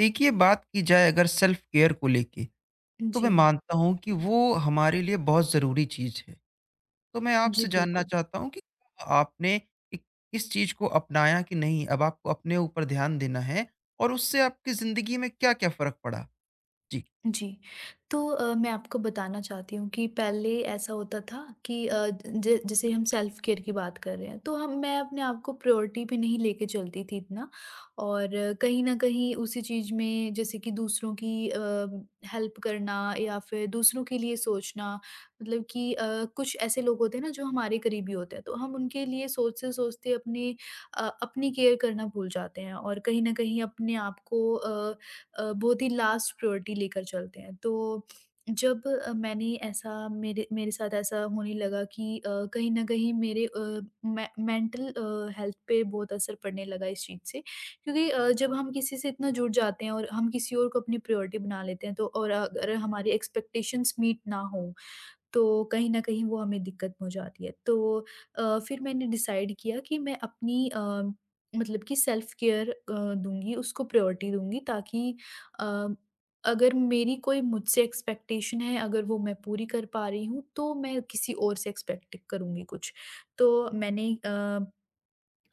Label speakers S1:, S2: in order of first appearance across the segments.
S1: देखिए, बात की जाए अगर सेल्फ केयर को लेके, तो
S2: जी,
S1: मैं मानता हूँ कि वो हमारे लिए बहुत ज़रूरी चीज़ है। तो मैं
S2: जी,
S1: आपसे जानना
S2: बिल्कुल।
S1: चाहता हूँ कि आपने इ इस चीज़ को अपनाया कि नहीं, अब आपको अपने ऊपर ध्यान देना है और उससे आपकी ज़िंदगी में क्या-क्या फ़र्क पड़ा? जी।
S2: जी, तो मैं आपको बताना चाहती हूँ कि पहले ऐसा होता था कि अ, ज जैसे हम सेल्फ केयर की बात कर रहे हैं, तो हम मैं अपने आप को प्रायोरिटी पे नहीं लेके चलती थी इतना। और कहीं न कहीं उसी चीज़ में जैसे कि दूसरों की हेल्प करना या फिर दूसरों के लिए सोचना। मतलब कि कुछ ऐसे लोग होते हैं ना, जो हमारे करीबी होते हैं, तो हम उनके लिए सोचते-सोचते अपनी केयर करना भूल जाते हैं और कहीं न कहीं अपने आप को बहुत ही लास्ट प्रायोरिटी लेकर चलते हैं। तो जब अ, मैंने ऐसा मेरे मेरे साथ ऐसा होने लगा कि कहीं न कहीं मेरे अ, मैं मेंटल हेल्थ पे बहुत असर पड़ने लगा इस चीज़ से, क्योंकि जब हम किसी से इतना जुड़ जाते हैं और हम किसी और को अपनी प्रायोरिटी बना लेते हैं, तो और अगर हमारी एक्सपेक्टेशंस मीट ना हो, तो कहीं न कहीं वो हमें दिक्कत पहुँचाती है। तो फिर मैंने डिसाइड किया कि मैं मतलब कि सेल्फ केयर दूँगी, उसको प्रायोरिटी दूँगी, ताकि अ, अगर मेरी कोई मुझसे एक्सपेक्टेशन है, अगर वो मैं पूरी कर पा रही हूँ, तो मैं किसी और से एक्सपेक्ट करूँगी कुछ। तो मैंने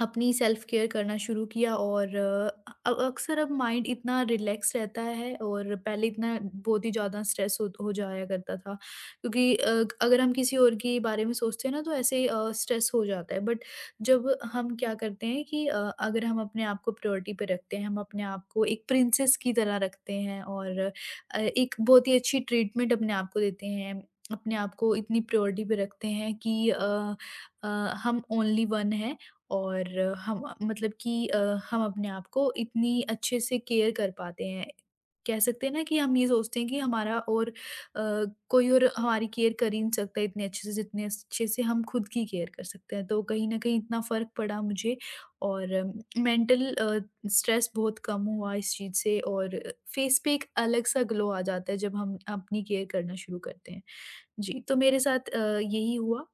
S2: अपनी सेल्फ केयर करना शुरू किया और अक्सर अब माइंड इतना रिलैक्स रहता है, और पहले इतना बहुत ही ज़्यादा स्ट्रेस हो जाया करता था, क्योंकि अगर हम किसी और के बारे में सोचते हैं ना, तो ऐसे स्ट्रेस हो जाता है। बट जब हम क्या करते हैं कि अगर हम अपने आप को प्रायोरिटी पे रखते हैं, हम अपने आप को एक प्रिंसेस की तरह रखते हैं और एक बहुत ही अच्छी ट्रीटमेंट अपने आप को देते हैं, अपने आप को इतनी प्रायोरिटी पे रखते हैं कि अ, हम ओनली वन हैं। और हम मतलब कि हम अपने आप को इतनी अच्छे से केयर कर पाते हैं। कह सकते हैं ना कि हम ये सोचते हैं कि कोई और हमारी केयर कर ही नहीं सकता इतने अच्छे से, जितने अच्छे से हम खुद की केयर कर सकते हैं। तो कहीं न कहीं इतना फ़र्क पड़ा मुझे, और मेंटल स्ट्रेस बहुत कम हुआ इस चीज़ से, और फेस पे एक अलग-सा ग्लो आ जाता है जब हम अपनी केयर करना शुरू करते हैं। जी, तो मेरे साथ यही हुआ।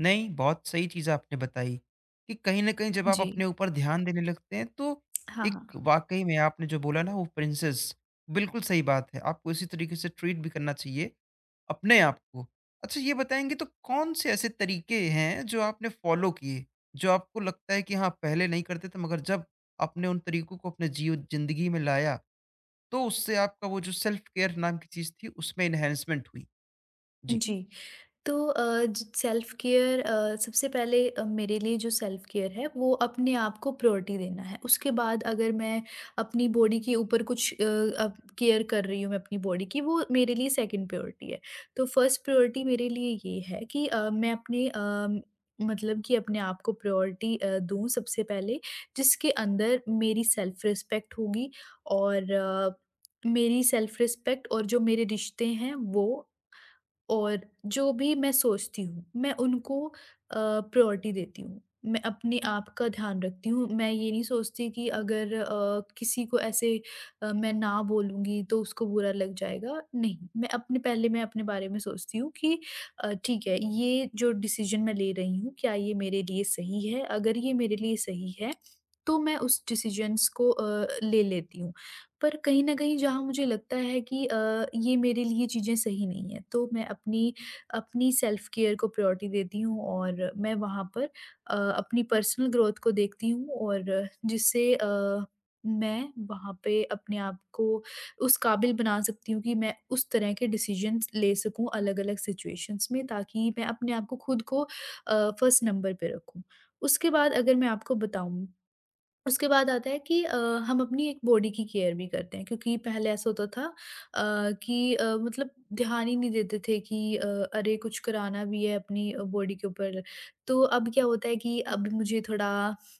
S1: नहीं, बहुत सही चीज़ आपने बताई कि कहीं न कहीं जब आप
S2: जी।
S1: अपने ऊपर ध्यान देने लगते हैं तो
S2: हाँ,
S1: एक
S2: हाँ।
S1: वाक़ई में आपने जो बोला ना, वो प्रिंसेस, बिल्कुल सही बात है। आपको इसी तरीके से ट्रीट भी करना चाहिए अपने आप को। अच्छा, ये बताएँगे तो कौन से ऐसे तरीके हैं जो आपने फ़ॉलो किए, जो आपको लगता है कि हाँ, पहले नहीं करते थे, मगर जब आपने उन तरीकों को अपने जीव ज़िंदगी में लाया, तो उससे आपका वो जो सेल्फ केयर नाम की चीज़ थी उसमें एनहांसमेंट हुई? जी।
S2: जी। तो अ, ज सेल्फ केयर, सबसे पहले मेरे लिए जो सेल्फ केयर है, वो अपने आप को प्रायोरिटी देना है। उसके बाद अगर मैं अपनी बॉडी के ऊपर कुछ अब केयर कर रही हूँ मैं अपनी बॉडी की, वो मेरे लिए सेकंड प्रायोरिटी है। तो फर्स्ट प्रायोरिटी मेरे लिए ये है कि मैं मतलब कि अपने आप को प्रायोरिटी दूँ सबसे पहले, जिसके अंदर मेरी सेल्फ रिस्पेक्ट होगी और मेरी सेल्फ रिस्पेक्ट और जो मेरे रिश्ते हैं वो, और जो भी मैं सोचती हूँ, मैं उनको प्रायोरिटी देती हूँ। मैं अपने आप का ध्यान रखती हूँ। मैं ये नहीं सोचती कि अगर किसी को ऐसे मैं ना बोलूँगी तो उसको बुरा लग जाएगा। नहीं, मैं अपने पहले मैं अपने बारे में सोचती हूँ कि ठीक है, ये जो डिसीज़न मैं ले रही हूँ, क्या ये मेरे लिए सही है? अगर ये मेरे लिए सही है, तो मैं उस डिसीज़न्स को ले लेती हूँ। पर कहीं न कहीं जहाँ मुझे लगता है कि ये मेरे लिए चीज़ें सही नहीं हैं, तो मैं अपनी अपनी सेल्फ केयर को प्रायोरिटी देती हूँ, और मैं वहाँ पर अपनी पर्सनल ग्रोथ को देखती हूँ, और जिससे मैं वहाँ पे अपने आप को उस काबिल बना सकती हूँ कि मैं उस तरह के डिसीज़न्स ले सकूँ अलग-अलग सिचुएशंस में, ताकि मैं अपने आप को खुद को फर्स्ट नंबर पे रखूँ। उसके बाद अगर मैं आपको बताऊँ, उसके बाद आता है कि हम अपनी एक बॉडी की केयर भी करते हैं, क्योंकि पहले ऐसा होता था मतलब ध्यान ही नहीं देते थे कि अरे, कुछ कराना भी है अपनी बॉडी के ऊपर। तो अब क्या होता है, कि अब मुझे थोड़ा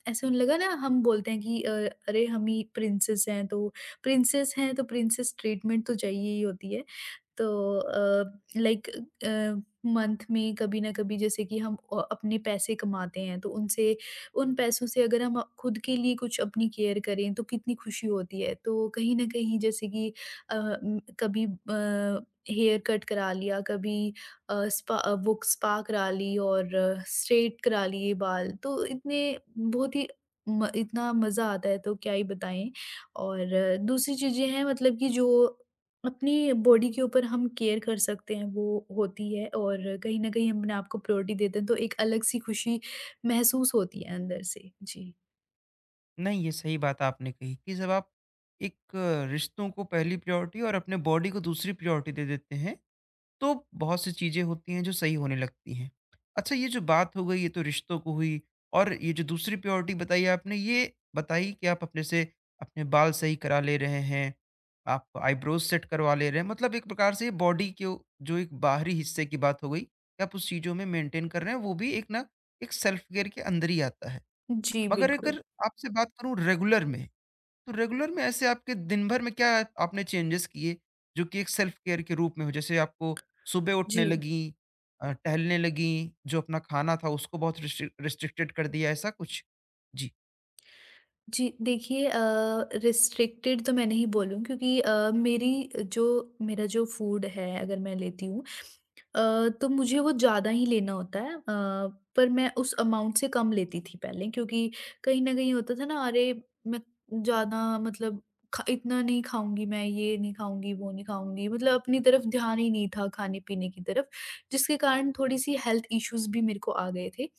S2: ऐसे होने लगा ना, हम बोलते हैं कि अरे हम ही प्रिंसेस हैं, तो प्रिंसेस ट्रीटमेंट तो चाहिए ही होती है। तो अ, लाइक मंथ में कभी ना कभी, जैसे कि हम अपने पैसे कमाते हैं, तो उनसे उन पैसों से अगर हम खुद के लिए कुछ अपनी केयर करें तो कितनी खुशी होती है, तो कहीं ना कहीं जैसे कि कभी हेयर कट करा लिया, कभी वो स्पा करा ली और स्ट्रेट करा लिए बाल, तो इतने बहुत ही इतना मज़ा आता है, तो क्या ही बताएं। और दूसरी चीज़ें हैं, मतलब कि जो अपनी बॉडी के ऊपर हम केयर कर सकते हैं वो होती है, और कहीं न कहीं हम अपने आप को प्रायोरिटी देते हैं तो एक अलग-सी खुशी महसूस होती है अंदर से। जी।
S1: नहीं, ये सही बात आपने कही कि जब आप एक रिश्तों को पहली प्रायोरिटी और अपने बॉडी को दूसरी प्रायोरिटी दे देते हैं, तो बहुत सी चीज़ें होती हैं जो सही होने लगती हैं। अच्छा, ये जो बात हो गई ये तो रिश्तों को हुई, और ये जो दूसरी प्रायोरिटी बताई आपने, ये बताई कि आप अपने से अपने बाल सही करा ले रहे हैं, आप आईब्रोज़ सेट करवा ले रहे हैं, मतलब एक प्रकार से ये बॉडी के जो एक बाहरी हिस्से की बात हो गई, कि आप उस चीज़ों में मेंटेन कर रहे हैं, वो भी एक ना एक सेल्फ केयर के अंदर ही आता है।
S2: जी,
S1: मगर
S2: बिल्कुल।
S1: अगर आपसे बात करूँ रेगुलर में, तो रेगुलर में ऐसे आपके दिन भर में क्या आपने चेंजेस किए, जो कि एक सेल्फ केयर के रूप में हो? जैसे आपको सुबह उठने
S2: जी।
S1: लगीं, टहलने लगीं, जो अपना खाना था उसको बहुत रिस्ट्रिक्टेड कर दिया, ऐसा कुछ? जी।
S2: जी, देखिए रिस्ट्रिक्टेड तो मैं नहीं बोलूँ, क्योंकि मेरी जो मेरा जो फूड है, अगर मैं लेती हूँ तो मुझे वो ज़्यादा ही लेना होता है, पर मैं उस अमाउंट से कम लेती थी पहले, क्योंकि कहीं न कहीं होता था ना, अरे! मैं ज़्यादा मतलब ख इतना नहीं खाऊँगी मैं, ये नहीं खाऊँगी, वो नहीं खाऊँगी, मतलब अपनी तरफ ध्यान ही नहीं था खाने-पीने की तरफ, जिसके कारण थोड़ी-सी हेल्थ इश्यूज़ भी मेरे को आ गए थे।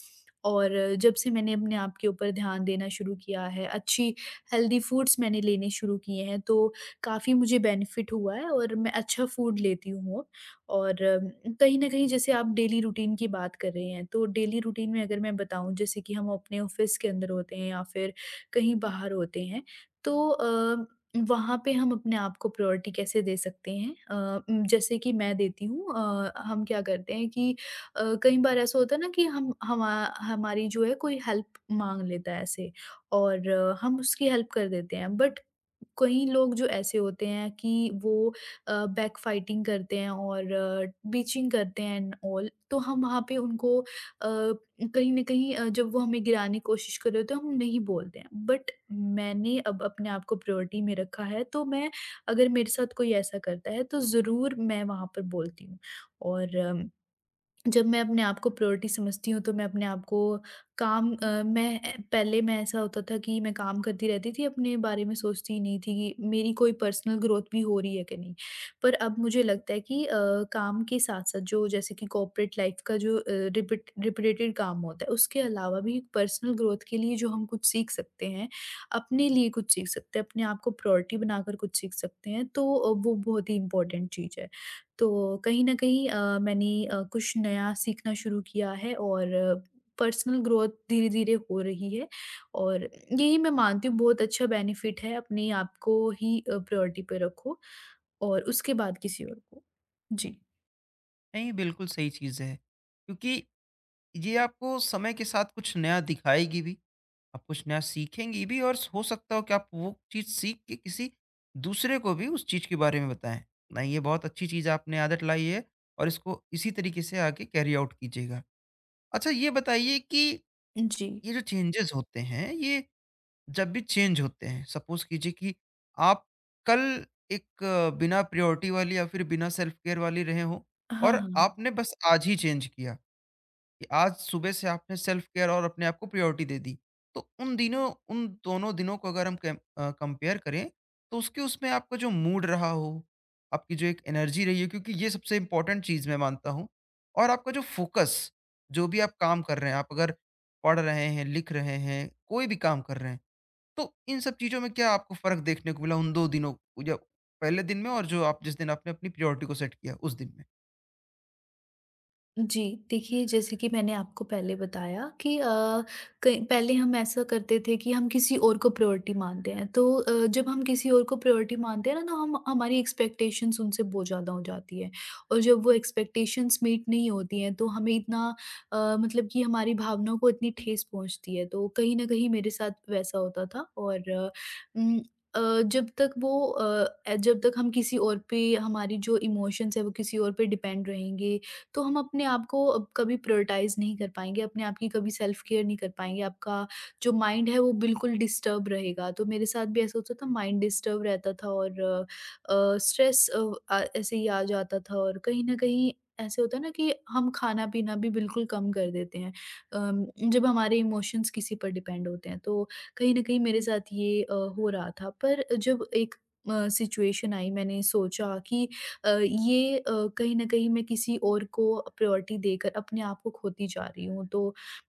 S2: और जब से मैंने अपने आप के ऊपर ध्यान देना शुरू किया है, अच्छी हेल्दी फूड्स मैंने लेने शुरू किए हैं, तो काफ़ी मुझे बेनिफिट हुआ है और मैं अच्छा फूड लेती हूँ अब। और कहीं न कहीं जैसे आप डेली रूटीन की बात कर रहे हैं, तो डेली रूटीन में अगर मैं बताऊँ, जैसे कि हम अपने ऑफ़िस के अंदर होते हैं या फिर कहीं बाहर होते हैं, तो वहाँ पे हम अपने आप को प्रायोरिटी कैसे दे सकते हैं? जैसे कि मैं देती हूँ, हम क्या करते हैं कि कई बार ऐसा होता है ना, कि हम हमा हमारी जो है, कोई हेल्प माँग लेता है ऐसे, और हम उसकी हेल्प कर देते हैं। बट कई लोग जो ऐसे होते हैं कि वो बैकफाइटिंग करते हैं और बीचिंग करते हैं एंड ऑल। तो हम वहाँ पे उनको, कहीं न कहीं, जब वो हमें गिराने की कोशिश कर रहे होते हैं, हम नहीं बोलते हैं। बट मैंने अब अपने आप को प्रायोरिटी में रखा है, तो मैं, अगर मेरे साथ कोई ऐसा करता है, तो ज़रूर मैं वहाँ पर बोलती हूँ। और जब मैं अपने आप को प्रायोरिटी समझती हूँ, तो मैं अपने आप को काम अ, मैं अ, पहले मैं ऐसा होता था कि मैं काम करती रहती थी, अपने बारे में सोचती ही नहीं थी कि मेरी कोई पर्सनल ग्रोथ भी हो रही है कि नहीं। पर अब मुझे लगता है कि काम के साथ साथ, जो जैसे कि कॉर्पोरेट लाइफ का जो रिपीटेड काम होता है, उसके अलावा भी पर्सनल ग्रोथ के लिए जो हम कुछ सीख सकते हैं, अपने लिए कुछ सीख सकते हैं, अपने आप को प्रायोरिटी बनाकर कुछ सीख सकते हैं, तो वो बहुत ही इंपॉर्टेंट चीज़ है। तो कहीं न कहीं मैंने कुछ नया सीखना शुरू किया है, और पर्सनल ग्रोथ धीरे-धीरे हो रही है, और यही मैं मानती हूँ बहुत अच्छा बेनिफिट है, अपने आप को ही प्रायोरिटी पे रखो और उसके बाद किसी और को। जी।
S1: नहीं, बिल्कुल सही चीज़ है। क्योंकि ये आपको समय के साथ कुछ नया दिखाएगी भी, आप कुछ नया सीखेंगी भी, और हो सकता हो कि आप वो चीज़ सीख के किसी दूसरे को भी उस चीज़ के बारे में बताएँ। नहीं, ये बहुत अच्छी चीज़ आपने आदत लाई है, और इसको इसी तरीके से आगे कैरी आउट कीजिएगा। अच्छा, ये बताइए कि
S2: जी।
S1: ये जो चेंजेज़ होते हैं, ये जब भी चेंज होते हैं, सपोज़ कीजिए कि आप कल एक बिना प्रायोरिटी वाली या फिर बिना सेल्फ केयर वाली रहे हों,
S2: हाँ,
S1: और
S2: हाँ।
S1: आपने बस आज ही चेंज किया। कि आज सुबह से आपने सेल्फ केयर और अपने आप को प्रायोरिटी दे दी। तो उन दिनों, उन दोनों दिनों को अगर हम कम कंपेयर करें, तो उसके उसमें आपका जो मूड रहा हो, आपकी जो एक एनर्जी रही है, क्योंकि ये सबसे इम्पोर्टेंट चीज़ मैं मानता हूँ, और आपका जो फोकस, जो भी आप काम कर रहे हैं, आप अगर पढ़ रहे हैं, लिख रहे हैं, कोई भी काम कर रहे हैं, तो इन सब चीज़ों में क्या आपको फ़र्क देखने को मिला उन 2 दिनों, या पहले दिन में और जो आप जिस दिन आपने अपनी प्रायोरिटी को सेट किया उस दिन में?
S2: जी, देखिए, जैसे कि मैंने आपको पहले बताया कि कई पहले हम ऐसा करते थे कि हम किसी और को प्रायोरिटी मानते हैं। तो जब हम किसी और को प्रायोरिटी मानते हैं ना, तो हम हमारी एक्सपेक्टेशंस उनसे बहुत ज़्यादा हो जाती है। और जब वो एक्सपेक्टेशंस मीट नहीं होती हैं, तो हमें इतना मतलब कि हमारी भावनाओं को इतनी ठेस पहुँचती है। तो कहीं न कहीं मेरे साथ वैसा होता था। और उम, जब तक हम किसी और पे हमारी जो इमोशंस हैं, वो किसी और पे डिपेंड रहेंगे, तो हम अपने आप को अब कभी प्रायोरिटाइज़ नहीं कर पाएँगे, अपने आप की कभी सेल्फ केयर नहीं कर पाएँगे, आपका जो माइंड है वो बिल्कुल डिस्टर्ब रहेगा। तो मेरे साथ भी ऐसा होता था, माइंड डिस्टर्ब रहता था, और स्ट्रेस अ, आ ऐसे ही आ जाता था, और कहीं न कहीं ऐसे होता है ना कि हम खाना-पीना भी बिल्कुल कम कर देते हैं। अम, जब हमारे इमोशंस किसी पर डिपेंड होते हैं, तो कहीं न कहीं मेरे साथ ये हो रहा था। पर जब एक सिचुएशन आई, मैंने सोचा कि अ, ये अ, कहीं न कहीं मैं किसी और को प्रायोरिटी देकर अपने आप को खोती जा रही हूँ। तो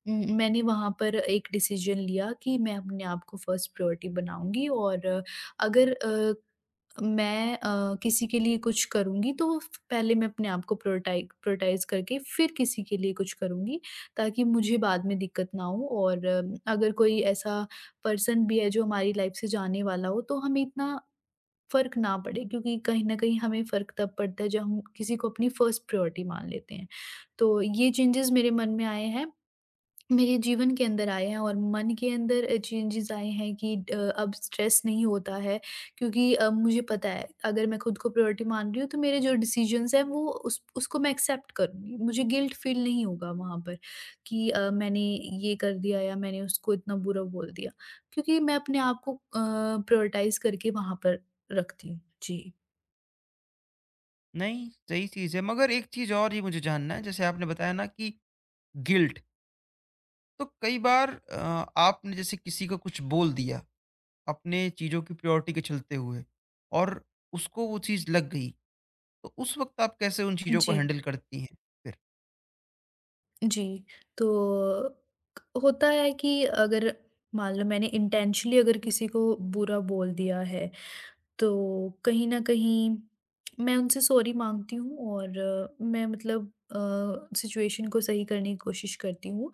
S2: मैंने वहाँ पर एक डिसीज़न लिया कि मैं अपने आप को फर्स्ट प्रायोरिटी बनाऊँगी और अगर मैं किसी के लिए कुछ करूँगी तो वो फ पहले मैं अपने आप को प्रायोरटाइज़ करके फिर किसी के लिए कुछ करूँगी, ताकि मुझे बाद में दिक्कत ना हो और अगर कोई ऐसा पर्सन भी है जो हमारी लाइफ़ से जाने वाला हो, तो हमें इतना फ़र्क ना पड़े, क्योंकि कहीं न कहीं हमें फ़र्क तब पड़ता है जब हम किसी को अपनी फर्स्ट प्रायोरिटी मान लेते हैं। तो ये चेंजेज़ मेरे मन में आए हैं। मेरे जीवन के अंदर आए हैं और मन के अंदर चेंजेस आए हैं कि अब स्ट्रेस नहीं होता है, क्योंकि अब मुझे पता है अगर मैं खुद को प्रायोरिटी मान रही हूँ तो मेरे जो डिसीजंस हैं वो उस उसको मैं एक्सेप्ट करूँगी। मुझे गिल्ट फील नहीं होगा वहाँ पर कि मैंने ये कर दिया या मैंने उसको इतना बुरा बोल दिया, क्योंकि मैं अपने आप को प्रायोरिटाइज़ करके वहाँ पर रखती हूँ। जी।
S1: नहीं, सही चीज़ है। मगर एक चीज़ और ये मुझे जानना है, जैसे आपने बताया ना कि गिल्ट, तो कई बार आपने जैसे किसी को कुछ बोल दिया, अपने चीज़ों की प्रायोरिटी के चलते हुए, और उसको वो चीज़ लग गई, तो उस वक़्त आप कैसे उन चीज़ों को
S2: जी।
S1: हैंडल करती हैं फिर?
S2: जी, तो होता है कि अगर मान लो मैंने इंटेंशनली अगर किसी को बुरा बोल दिया है, तो कहीं न कहीं मैं उनसे सॉरी माँगती हूँ और मैं मतलब सिचुएशन को सही करने की कोशिश करती हूँ।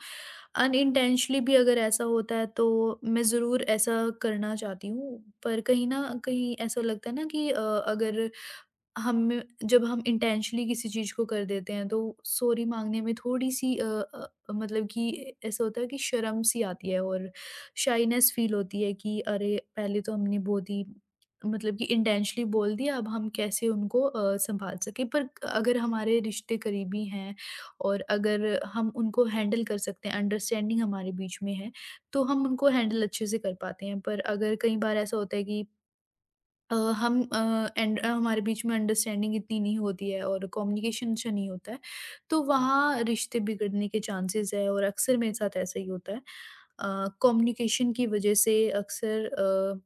S2: अनइंटेंशनली भी अगर ऐसा होता है तो मैं ज़रूर ऐसा करना चाहती हूँ, पर कहीं न कहीं ऐसा लगता है ना कि अगर हम जब हम इंटेंशनली किसी चीज़ को कर देते हैं तो सॉरी माँगने में थोड़ी-सी मतलब कि ऐसा होता है कि शर्म सी आती है और शाइनेस फ़ील होती है कि अरे! पहले तो हमने बहुत ही मतलब कि इंटेंशनली बोल दिया, अब हम कैसे उनको सँभाल सकें। पर अगर हमारे रिश्ते करीबी हैं और अगर हम उनको हैंडल कर सकते हैं, अंडरस्टैंडिंग हमारे बीच में है, तो हम उनको हैंडल अच्छे से कर पाते हैं। पर अगर कई बार ऐसा होता है कि एंड हमारे बीच में अंडरस्टैंडिंग इतनी नहीं होती है और कम्युनिकेशन अच्छा नहीं होता है, तो वहाँ रिश्ते बिगड़ने के चांसेस है और अक्सर मेरे साथ ऐसा ही होता है। कम्युनिकेशन की वजह से अक्सर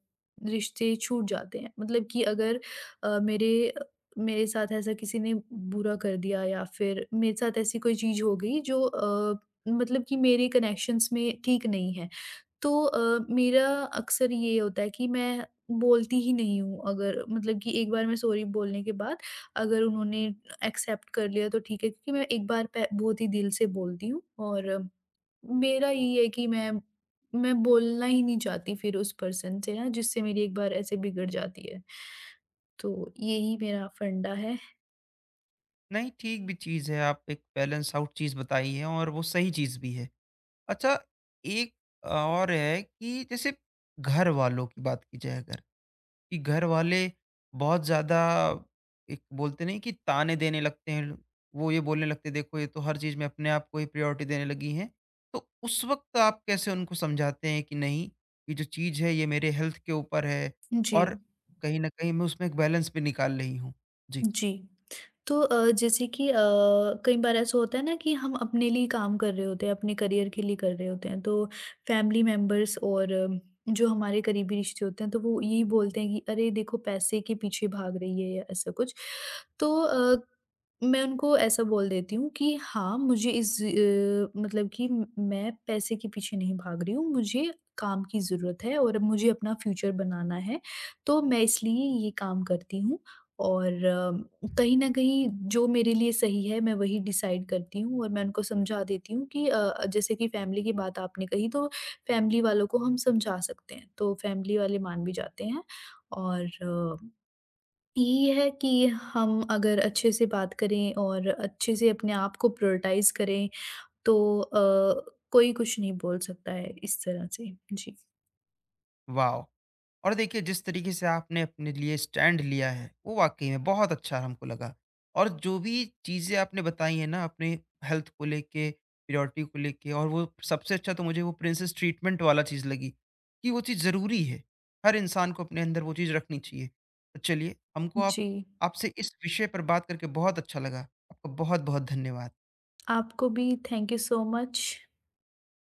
S2: रिश्ते छूट जाते हैं। मतलब कि अगर अ, मेरे अ, मेरे साथ ऐसा किसी ने बुरा कर दिया या फिर मेरे साथ ऐसी कोई चीज़ हो गई जो मतलब कि मेरे कनेक्शंस में ठीक नहीं है। तो मेरा अक्सर ये होता है कि मैं बोलती ही नहीं हूँ, अगर मतलब कि एक बार मैं सॉरी बोलने के बाद अगर उन्होंने एक्सेप्ट कर लिया तो ठीक है, क्योंकि मैं एक बार पह बहुत ही दिल से बोलती हूँ और मेरा ये है कि मैं बोलना ही नहीं चाहती फिर उस पर्सन से ना जिससे मेरी एक बार ऐसे बिगड़ जाती है। तो यही मेरा फंडा है।
S1: नहीं, ठीक भी चीज़ है, आप एक बैलेंस आउट चीज़ बताई है, और वो सही चीज़ भी है। अच्छा, एक और है कि जैसे घर वालों की बात की जाए अगर, कि घर वाले बहुत ज़्यादा एक बोलते नहीं कि ताने देने लगते हैं। वो ये बोलने लगते हैं, देखो ये तो हर चीज़ में अपने आप को ही प्रायोरिटी देने लगी हैं। तो उस वक़्त आप कैसे उनको समझाते हैं कि नहीं, ये जो चीज़ है ये मेरे हेल्थ के ऊपर है,
S2: जी,
S1: और कहीं न कहीं मैं उसमें एक बैलेंस भी निकाल रही हूँ? जी,
S2: जी। तो जैसे कि कई बार ऐसा होता है ना कि हम अपने लिए काम कर रहे होते हैं, अपने करियर के लिए कर रहे होते हैं, तो फैमिली मेंबर्स और जो हमारे करीबी रिश्ते होते हैं, तो वो यही बोलते हैं कि अरे देखो पैसे के पीछे भाग रही है या ऐसा कुछ। तो मैं उनको ऐसा बोल देती हूँ कि हाँ, मुझे मतलब कि म मैं पैसे के पीछे नहीं भाग रही हूँ, मुझे काम की ज़रूरत है और मुझे अपना फ्यूचर बनाना है, तो मैं इसलिए ये काम करती हूँ। और कहीं न कहीं जो मेरे लिए सही है मैं वही डिसाइड करती हूँ और मैं उनको समझा देती हूँ कि जैसे कि फैमिली की बात आपने कही तो फैमिली वालों को हम समझा सकते हैं, तो फैमिली वाले मान भी जाते हैं। और यही है कि हम अगर अच्छे से बात करें और अच्छे से अपने आप को प्रायोरिटाइज़ करें तो कोई कुछ नहीं बोल सकता है इस तरह से। जी।
S1: वाओ! और देखिए, जिस तरीके से आपने अपने लिए स्टैंड लिया है वो वाक़ई में बहुत अच्छा हमको लगा। और जो भी चीज़ें आपने बताई हैं ना अपने हेल्थ को लेके, प्रायोरिटी को लेके, और वो सबसे अच्छा तो मुझे वो प्रिंसेस ट्रीटमेंट वाला चीज़ लगी, कि वो चीज़ ज़रूरी है। हर इंसान को अपने अंदर वो चीज़ रखनी चाहिए। तो चलिए, हमको आप
S2: जी,
S1: आपसे इस विषय पर बात करके बहुत अच्छा लगा। आपका बहुत-बहुत धन्यवाद।
S2: आपको भी थैंक यू सो मच।